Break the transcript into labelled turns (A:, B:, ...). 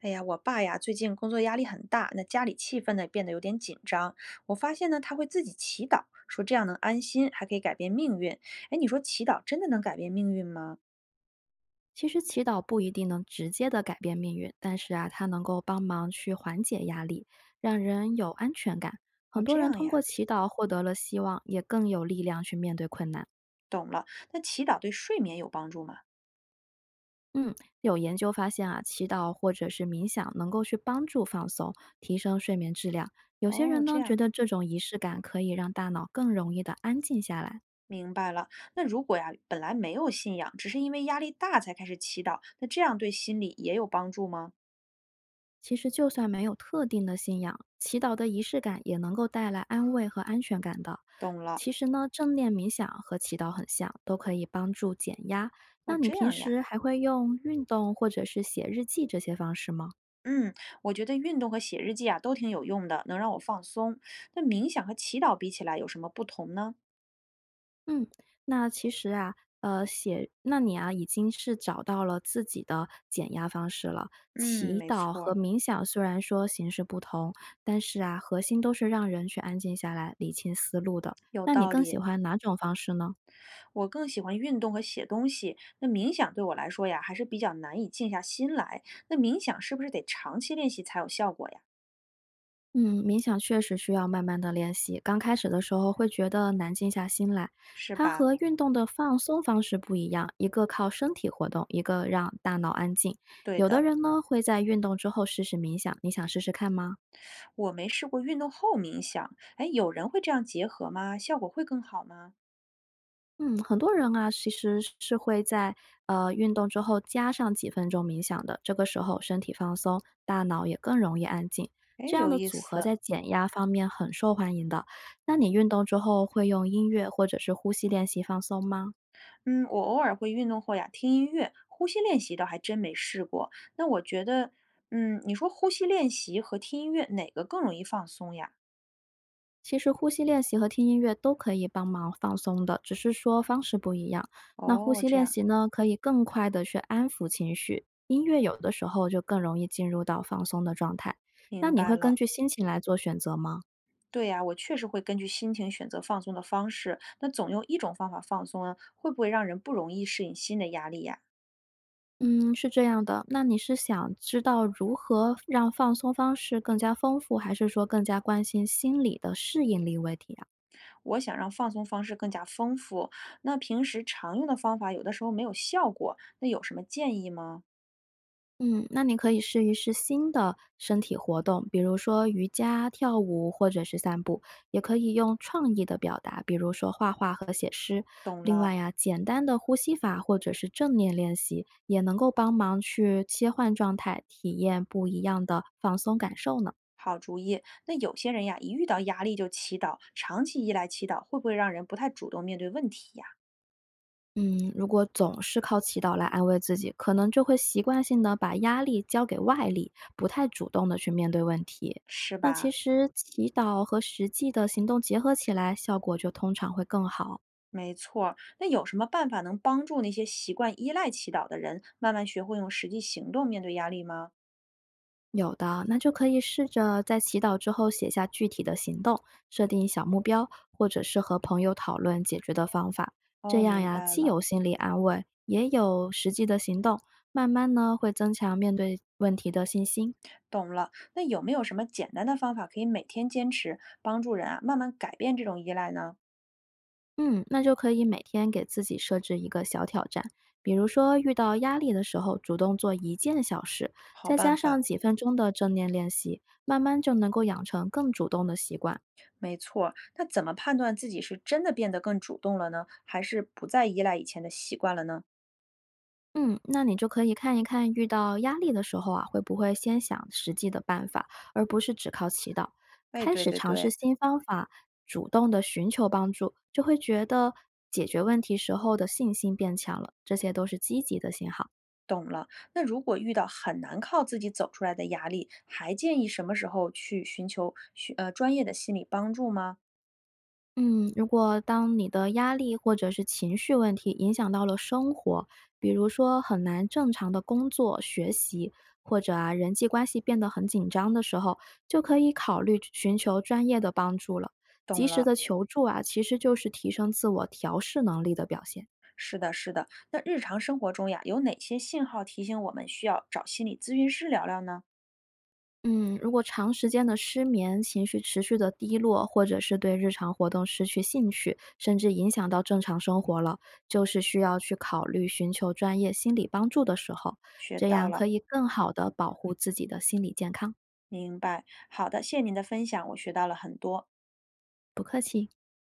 A: 哎呀，我爸呀，最近工作压力很大，那家里气氛呢变得有点紧张。我发现呢，他会自己祈祷，说这样能安心，还可以改变命运。哎，你说祈祷真的能改变命运吗？
B: 其实祈祷不一定能直接的改变命运，但是啊，它能够帮忙去缓解压力，让人有安全感。
A: 哦，
B: 很多
A: 这
B: 人
A: 样
B: 通
A: 呀，
B: 过祈祷获得了希望，也更有力量去面对困难。
A: 懂了。那祈祷对睡眠有帮助吗？
B: 嗯，有研究发现啊，祈祷或者是冥想能够去帮助放松，提升睡眠质量。有些
A: 哦，
B: 人
A: 这
B: 呢，觉
A: 样，
B: 得这种仪式感可以让大脑更容易的安静下来。
A: 明白了。那如果呀，本来没有信仰，只是因为压力大才开始祈祷，那这样对心理也有帮助吗？
B: 其实，就算没有特定的信仰，祈祷的仪式感也能够带来安慰和安全感的。
A: 懂了。
B: 其实呢，正念冥想和祈祷很像，都可以帮助减压。
A: 哦，
B: 那你
A: 这
B: 平
A: 样呀。
B: 时还会用运动或者是写日记这些方式吗？
A: 嗯，我觉得运动和写日记啊都挺有用的，能让我放松。那冥想和祈祷比起来有什么不同呢？
B: 嗯，那其实啊，写，那你啊，已经是找到了自己的减压方式了。
A: 嗯，
B: 祈
A: 没
B: 祷
A: 错
B: 和
A: 儿，
B: 冥想虽然说形式不同，但是啊，核心都是让人去安静下来、理清思路的。
A: 有
B: 那你
A: 道
B: 更喜
A: 理。
B: 欢哪种方式呢？
A: 我更喜欢运动和写东西，那冥想对我来说呀还是比较难以静下心来。那冥想是不是得长期练习才有效果呀？
B: 嗯，冥想确实需要慢慢的练习。刚开始的时候会觉得难静下心来，
A: 是
B: 它
A: 吧？
B: 和运动的放松方式不一样，一个靠身体活动，一个让大脑安静。
A: 对
B: 有的
A: 的，
B: 人呢会在运动之后试试冥想，你想试试看吗？
A: 我没试过运动后冥想。哎，有人会这样结合吗？效果会更好吗？
B: 嗯，很多人啊，其实是会在运动之后加上几分钟冥想的。这个时候身体放松，大脑也更容易安静。
A: 哎，
B: 这样
A: 有
B: 的
A: 意
B: 组合
A: 思。
B: 在减压方面很受欢迎的。那你运动之后会用音乐或者是呼吸练习放松吗？
A: 嗯，我偶尔会运动后呀，听音乐、呼吸练习倒还真没试过。那我觉得，嗯，你说呼吸练习和听音乐哪个更容易放松呀？
B: 其实呼吸练习和听音乐都可以帮忙放松的，只是说方式不一样。那呼
A: 哦，
B: 吸
A: 这
B: 练
A: 样，
B: 习呢，可以更快的去安抚情绪，音乐有的时候就更容易进入到放松的状态。那
A: 明
B: 你
A: 白
B: 会根
A: 了。
B: 据心情来做选择吗？
A: 对呀，我确实会根据心情选择放松的方式。那总用一种方法放松啊，会不会让人不容易适应新的压力呀？
B: 嗯，是这样的，那你是想知道如何让放松方式更加丰富，还是说更加关心心理的适应力问题啊？
A: 我想让放松方式更加丰富，那平时常用的方法有的时候没有效果，那有什么建议吗？
B: 嗯，那你可以试一试新的身体活动，比如说瑜伽、跳舞或者是散步，也可以用创意的表达，比如说画画和写诗。另外呀，简单的呼吸法或者是正念练习，也能够帮忙去切换状态，体验不一样的放松感受呢。
A: 好主意。那有些人呀，一遇到压力就祈祷，长期依赖祈祷，会不会让人不太主动面对问题呀？
B: 嗯，如果总是靠祈祷来安慰自己，可能就会习惯性的把压力交给外力，不太主动的去面对问题。
A: 是
B: 那其
A: 吧？
B: 实祈祷和实际的行动结合起来，效果就通常会更好。
A: 没错儿。那有什么办法能帮助那些习惯依赖祈祷的人，慢慢学会用实际行动面对压力吗？
B: 有的，那就可以试着在祈祷之后写下具体的行动，设定小目标，或者是和朋友讨论解决的方法。这
A: 哦，
B: 样
A: 明
B: 呀，
A: 白
B: 既
A: 了，
B: 有心理安慰，也有实际的行动，慢慢呢会增强面对问题的信心。
A: 懂了。那有没有什么简单的方法可以每天坚持，帮助人啊慢慢改变这种依赖呢？
B: 嗯，那就可以每天给自己设置一个小挑战，比如说遇到压力的时候，主动做一件小事，
A: 好
B: 再加
A: 办
B: 上
A: 法。
B: 几分钟的正念练习，慢慢就能够养成更主动的习惯。
A: 没错儿，那怎么判断自己是真的变得更主动了呢，还是不再依赖以前的习惯了呢？
B: 嗯，那你就可以看一看遇到压力的时候啊，会不会先想实际的办法，而不是只靠祈祷。
A: 哎，
B: 开
A: 对
B: 始
A: 对
B: 尝试
A: 对，
B: 新方法，主动的寻求帮助，就会觉得解决问题时候的信心变强了，这些都是积极的信号。
A: 懂了。那如果遇到很难靠自己走出来的压力，还建议什么时候去寻求寻专业的心理帮助吗？
B: 嗯，如果当你的压力或者是情绪问题影响到了生活，比如说很难正常的工作、学习，或者啊人际关系变得很紧张的时候，就可以考虑寻求专业的帮助了。及
A: 懂
B: 时
A: 了，
B: 的求助啊，其实就是提升自我调试能力的表现。
A: 是的，是的。那日常生活中呀，有哪些信号提醒我们需要找心理咨询师聊聊呢？
B: 嗯，如果长时间的失眠、情绪持续的低落，或者是对日常活动失去兴趣，甚至影响到正常生活了，就是需要去考虑寻求专业心理帮助的时候，
A: 学
B: 这
A: 到
B: 样可
A: 了，
B: 以更好的保护自己的心理健康。
A: 明白。好的，谢谢您的分享，我学到了很多。